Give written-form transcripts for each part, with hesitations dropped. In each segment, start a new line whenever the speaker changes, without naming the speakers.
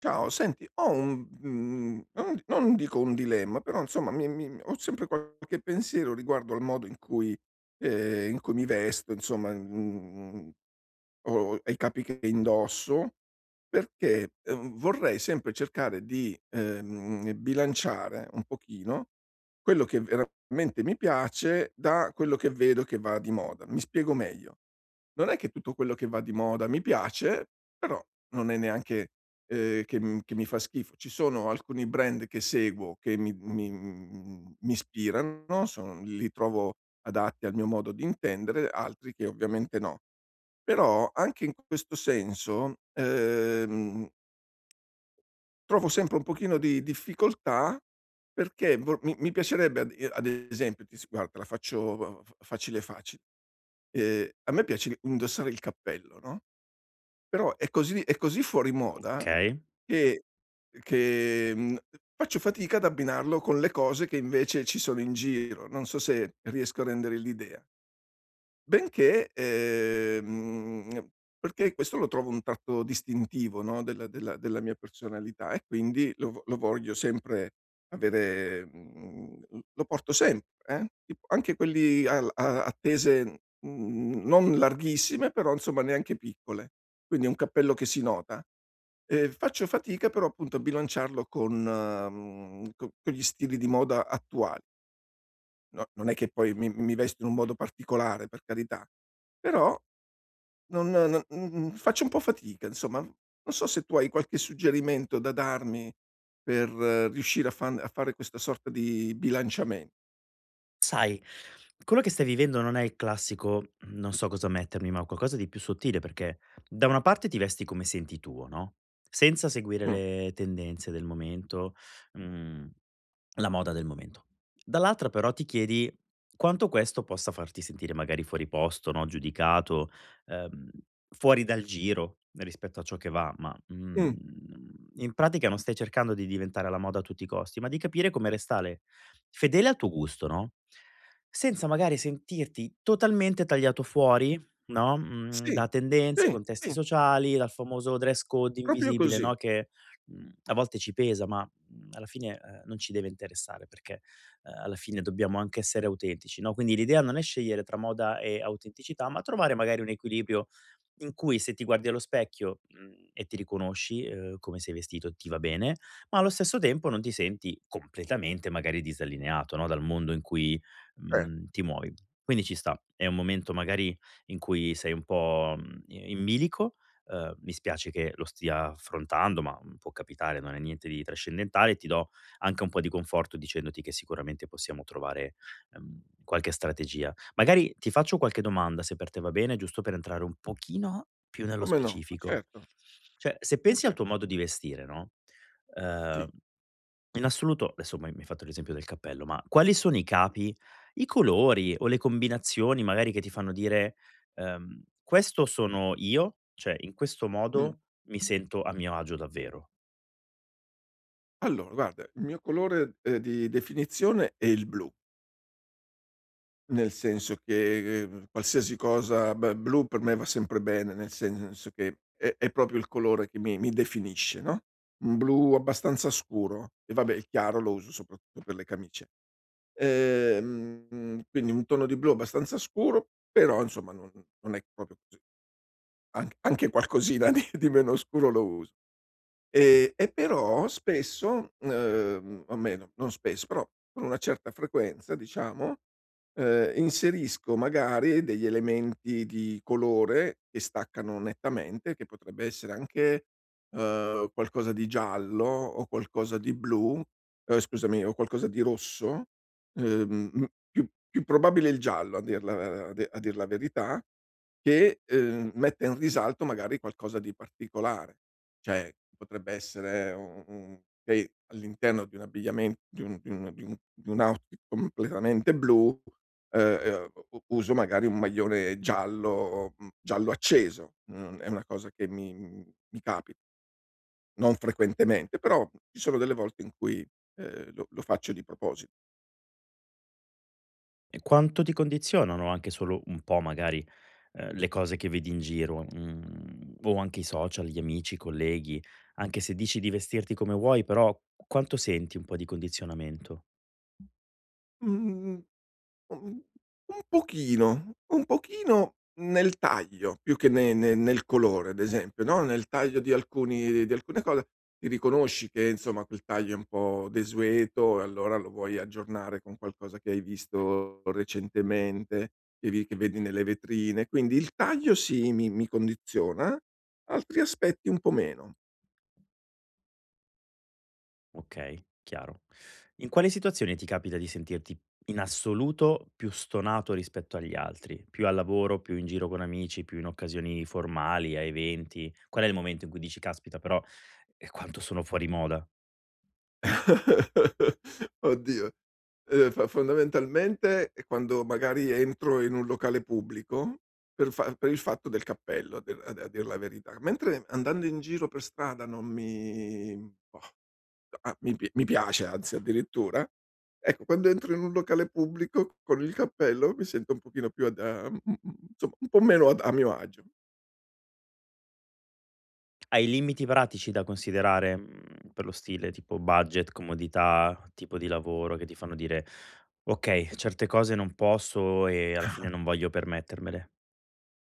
Ciao, senti, ho un non dico un dilemma, però insomma mi ho sempre qualche pensiero riguardo al modo in cui mi vesto, insomma, o ai capi che indosso, perché, vorrei sempre cercare di bilanciare un pochino quello che veramente mi piace da quello che vedo che va di moda. Mi spiego meglio. Non è che tutto quello che va di moda mi piace, però non è neanche, che mi fa schifo. Ci sono alcuni brand che seguo che mi ispirano, son li trovo adatti al mio modo di intendere, altri che ovviamente no. Però anche in questo senso, trovo sempre un pochino di difficoltà perché vor mi mi piacerebbe ad esempio ti s guarda, te la faccio fa facile, facile. A me piace indossare il cappello, no? Però è così fuori moda
Okay.
che che faccio fatica ad abbinarlo con le cose che invece ci sono in giro. Non so se riesco a rendere l'idea. Benché Perché questo lo trovo un tratto distintivo, no, della mia personalità, e quindi lo voglio sempre avere, mhmm, l lo porto sempre, tipo anche quelli al a attese, non larghissime, però insomma neanche piccole. Quindi è un cappello che si nota. Faccio fatica, però appunto, a bilanciarlo con mhmm, co con gli stili di moda attuali. No, non è che poi mi vesto in un modo particolare, per carità, però non faccio un po' fatica insomma. Non so se tu hai qualche suggerimento da darmi per riuscire a fare questa sorta di bilanciamen
Sai, quello che stai vivendo non è il classico non so cosa mettermi, ma qualcosa di più sottile, perché da una parte ti vesti come senti tu, no, senza seguire
Mh.
le tendenze del momento. Mhmm La moda del momento. Dall'altra però ti chiedi quanto questo possa farti sentire magari fuori posto, no, giudicato, ehm, fuori dal giro rispetto a ciò che va, ma,
Mh.
in pratica non stai cercando di diventare la moda a tutti i costi, ma di capire come restare fedele al tuo gusto, no, senza magari sentirti totalmente tagliato fuori, no,
Sì,
da tendenze,
sì,
contesti
sì,
sociali, dal famoso dress code
proprio
invisibile,
così.
no, che, a volte ci pesa, ma alla fine, non ci deve interessare, perché, alla fine dobbiamo anche essere autentici, no, quindi l'idea non è scegliere tra moda e autenticità, ma trovare magari un equilibrio in cui, se ti guardi allo specchio, e ti riconosci, come sei vestito ti va bene, ma allo stesso tempo non ti senti completamente magari disallineato, no, dal mondo in cui,
Cer
ti muovi. Quindi ci sta. È un momento magari in cui sei un po', mhmm, i in bilico, mi spiace che lo stia affrontando, ma può capitare, non è niente di trascendentale. Ti do anche un po' di conforto dicendoti che sicuramente possiamo trovare qualche strategia. Magari ti faccio qualche domanda, se per te va bene, giusto per entrare un pochino più nello
Come no, ma
specifico.
certo,
Cioè, se
ma
pensi al
cer
tuo modo di vestire, no? ehm,
sì.
in assoluto adesso m'hai mi hai fatto l'esempio del cappello, ma quali sono i capi, i colori o le combinazioni magari che ti fanno dire: "Questo sono io, cioè in questo
Mh.
modo mi sento a mio agio davvero."
Allora guarda, il mio colore, di definizione è il blu. Nel senso che, qualsiasi cosa b blu per me va sempre bene, nel senso che è proprio il colore che mi definisce, no, un blu abbastanza scuro. E vabbè, il chiaro lo uso soprattutto per le camicie. Quindi un tono di blu abbastanza scuro, però insomma non è proprio così. An Anche qualcosina di meno scuro lo uso. E però spesso, o meno, non spesso, però con una certa frequenza diciamo, inserisco magari degli elementi di colore che staccano nettamente, che potrebbe essere anche, qualcosa di giallo o qualcosa di blu, scusami, o qualcosa di rosso, uhm, mhmm, più probabile il giallo, a dir la verità, che, metta in risalto magari qualcosa di particolare. Cioè, potrebbe essere un che all'interno di un abbigliamen di un di un di un di un outfit completamente blu, u u uso magari un maglione giallo, giallo acceso. Mhmm, è una cosa che mi capita, non frequentemente, però ci sono delle volte in cui, lo faccio di proposito.
E quanto ti condizionano anche solo un po' magari, le cose che vedi in giro, o anche i social, gli amici, i colleghi, anche se dici di vestirti come vuoi, però quanto senti un po' di condizionamento?
Mhmm, un un pochino, un pochino nel taglio, più che ne ne nel colore, ad esempio, no, nel taglio di alcune cose ti riconosci che insomma quel taglio è un po' desueto, e allora lo vuoi aggiornare con qualcosa che hai visto recentemente, che vedi nelle vetrine. Quindi il taglio sì, mi condiziona. Altri aspetti un po' meno.
Okay, chiaro. In quale situazione ti capita di sentirti in assoluto più stonato rispetto agli altri? Più al lavoro, più in giro con amici, più in occasioni formali, a eventi? Qual è il momento in cui dici: "Caspita però, quanto sono fuori moda"?
Oddio. Fa Fondamentalmente è quando magari entro in un locale pubblico per il fatto del cappello, a dir la verità, mentre andando in giro per strada non mi, boh, a mi pi mi piace, anzi addirittura. Ecco, quando entro in un locale pubblico con il cappello mi sento un pochino più ad a mhmm, insomma un po' meno ad a mio agio.
Hai limiti pratici da considerare, per lo stile, tipo budget, comodità, tipo di lavoro, che ti fanno dire: "Okay, certe cose non posso e alla fine non voglio permettermele"?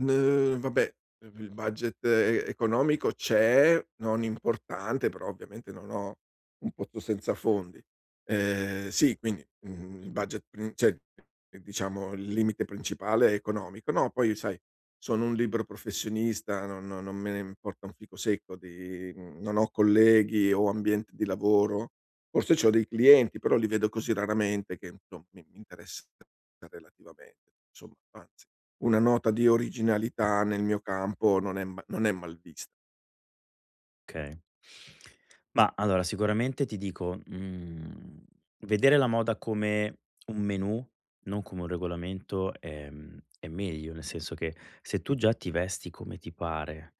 N Vabbè, il budget economico c'è, non importante, però ovviamente non ho un pozzo senza fondi. Sì, quindi, il budget prin cioè, diciamo, il limite principale è economico. No, poi sai, sono un libero professionista, non me ne importa un fico secco. Non ho colleghi o ambiente di lavoro. Forse c'ho dei clienti, però li vedo così raramente che, insomma, mi interessa relativamente, insomma, anzi. Una nota di originalità nel mio campo non è mal vista.
Okay. Ma allora sicuramente ti dico, vedere la moda come un menù, non come un regolamento è meglio, nel senso che, se tu già ti vesti come ti pare,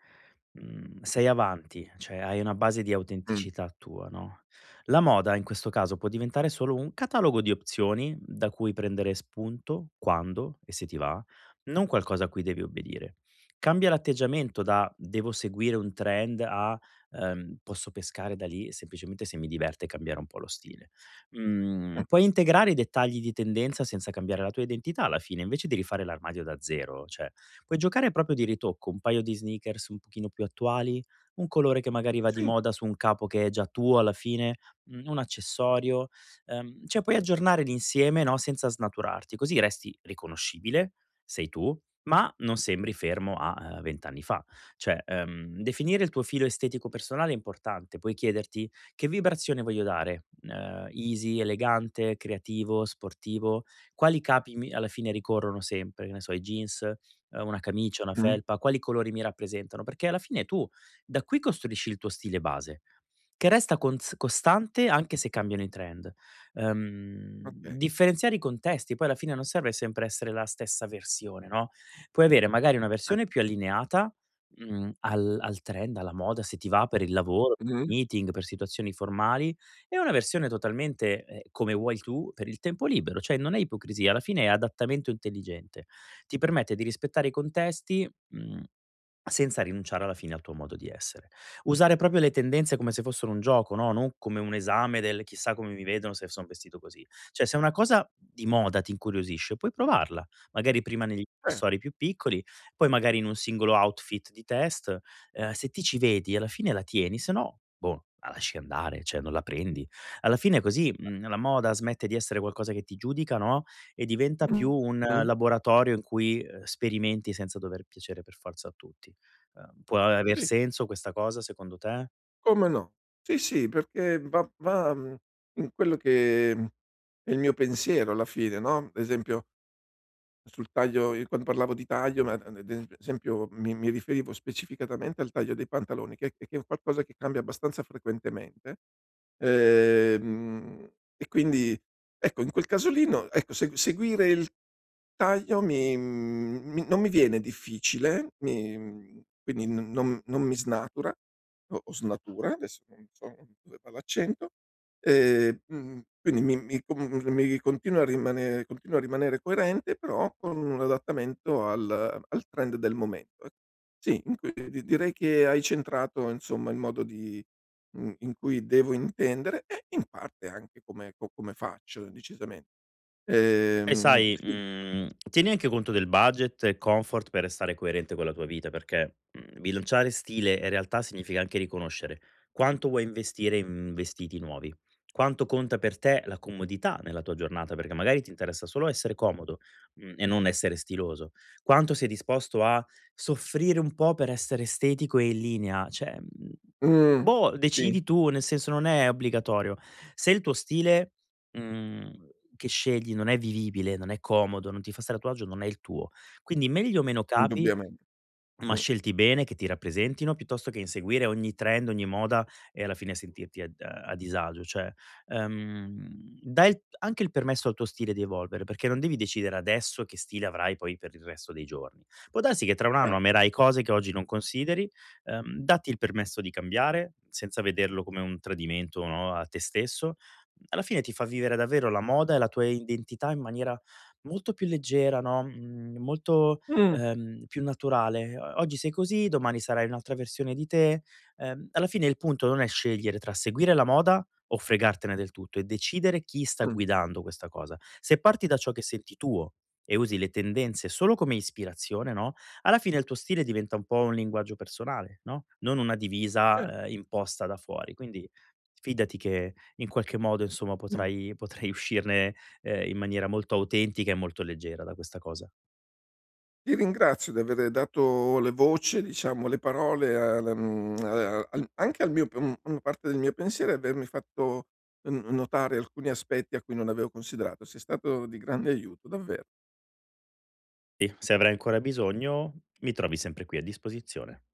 sei avanti, cioè hai una base di
Mh,
autenticità tua, no, la moda in questo caso può diventare solo un catalogo di opzioni da cui prendere spunto quando e se ti va, non qualcosa a cui devi obbedire. Cambia l'atteggiamento da: "Devo seguire un trend" a posso pescare da lì semplicemente se mi diverte cambiare un po' lo stile.
mh,
Puoi integrare i dettagli di tendenza senza cambiare la tua identità alla fine, invece di rifare l'armadio da zero, cioè puoi giocare proprio di ritocco, un paio di sneakers un pochino più attuali, un colore che magari va di
sì,
moda su un capo che è già tuo alla fine, un accessorio, cioè puoi aggiornare l'insieme, no, senza snaturarti, così resti riconoscibile, sei tu, ma non sembri fermo a 20 anni fa. Cioè, definire il tuo filo estetico personale è importante, puoi chiederti: "Che vibrazione voglio dare? Easy, elegante, creativo, sportivo?" Quali capi mi alla fine ricorrono sempre? Che ne so, i jeans, una camicia, una
mh,
felpa? Quali colori mi rappresentano? Perché alla fine tu da qui costruisci il tuo stile base, che resta cons costante anche se cambiano i trend. Ehm,
okay.
differenziare i contesti, poi alla fine non serve sempre essere la stessa versione, no, puoi avere magari una
Eh,
versione più allineata Mhmm, al al trend, alla moda, se ti va per il lavoro,
mh,
meeting, per situazioni formali, e una versione totalmente, come vuoi tu per il tempo libero, cioè non è ipocrisia, alla fine è adattamento intelligente. Ti permette di rispettare i contesti, mhmm senza rinunciare alla fine al tuo modo di essere. Usare proprio le tendenze come se fossero un gioco, no, non come un esame del chissà come mi vedono se son vestito così. Cioè, se una cosa di moda ti incuriosisce, puoi provarla, magari prima negli
eh,
accessori più piccoli, poi magari in un singolo outfit di test, se ti ci vedi alla fine la tieni, se no, boh, la lasci andare, cioè non la prendi. Alla fine così, la moda smette di essere qualcosa che ti giudica, no, e diventa più un
mh,
laboratorio in cui, sperimenti senza dover piacere per forza a tutti. Può aver
sì,
senso questa cosa secondo te?
come no. Sì, sì, perché in quello che, è il mio pensiero alla fine, no, ad esempio. Sul taglio, io quando parlavo di taglio, ma ad esempio mi riferivo specificatamente al taglio dei pantaloni, che è qualcosa che cambia abbastanza frequentemente. Ehm, e quindi, ecco, in quel caso lì, no, ecco, seguire il taglio mi mi non mi viene difficile, mi quindi non mi snatura o snatura, adesso non so dove va l'accento. Quindi mi continua a rimanere coerente, però con un adattamento al trend del momento, ec Sì, in cui di direi che hai centrato insomma il modo in cui devo intendere, e in parte anche come faccio, decisamente.
E sai,
Sì.
tieni anche conto del budget e comfort per restare coerente con la tua vita, perché, bilanciare stile e realtà significa anche riconoscere quanto vuoi investire in vestiti nuovi, quanto conta per te la comodità nella tua giornata, perché magari ti interessa solo essere comodo, e non essere stiloso, quanto sei disposto a soffrire un po' per essere estetico e in linea, cioè,
Mh.
boh,
Sì,
decidi tu, nel senso non è obbligatorio. Se il tuo stile Mhmm, che scegli non è vivibile, non è comodo, non ti fa stare a tuo agio, non è il tuo. Quindi meglio meno capi,
indubbiamente.
ma
Mh,
scelti bene, che ti rappresentino, piuttosto che inseguire ogni trend, ogni moda e alla fine sentirti a disagio. Cioè, ehm, dai il anche il permesso al tuo stile di evolvere, perché non devi decidere adesso che stile avrai poi per il resto dei giorni. Può darsi che tra un anno
chiaro.
amerai cose che oggi non consideri, datti il permesso di cambiare, senza vederlo come un tradimento, no, a te stesso. Alla fine ti fa vivere davvero la moda e la tua identità in maniera molto più leggera, no, molto
Mh,
più naturale. O oggi sei così, domani sarai un'altra versione di te. Alla fine il punto non è scegliere tra seguire la moda o fregartene del tutto, è decidere chi sta
mh,
guidando questa cosa. Se parti da ciò che senti tuo e usi le tendenze solo come ispirazione, no, alla fine il tuo stile diventa un po' un linguaggio personale, no, non una divisa,
certo.
imposta da fuori. Quindi fidati che, in qualche modo, insomma,
Mh.
potrai uscirne, in maniera molto autentica e molto leggera da questa cosa.
Ti ringrazio di aver dato le voce, diciamo le parole al mhmm, a al anche al una parte del mio pensiero, e avermi fatto n notare alcuni aspetti a cui non avevo considerato. Sei stato di grande aiuto, davver
Sì, se avrai ancora bisogno, mi trovi sempre qui a disposizione.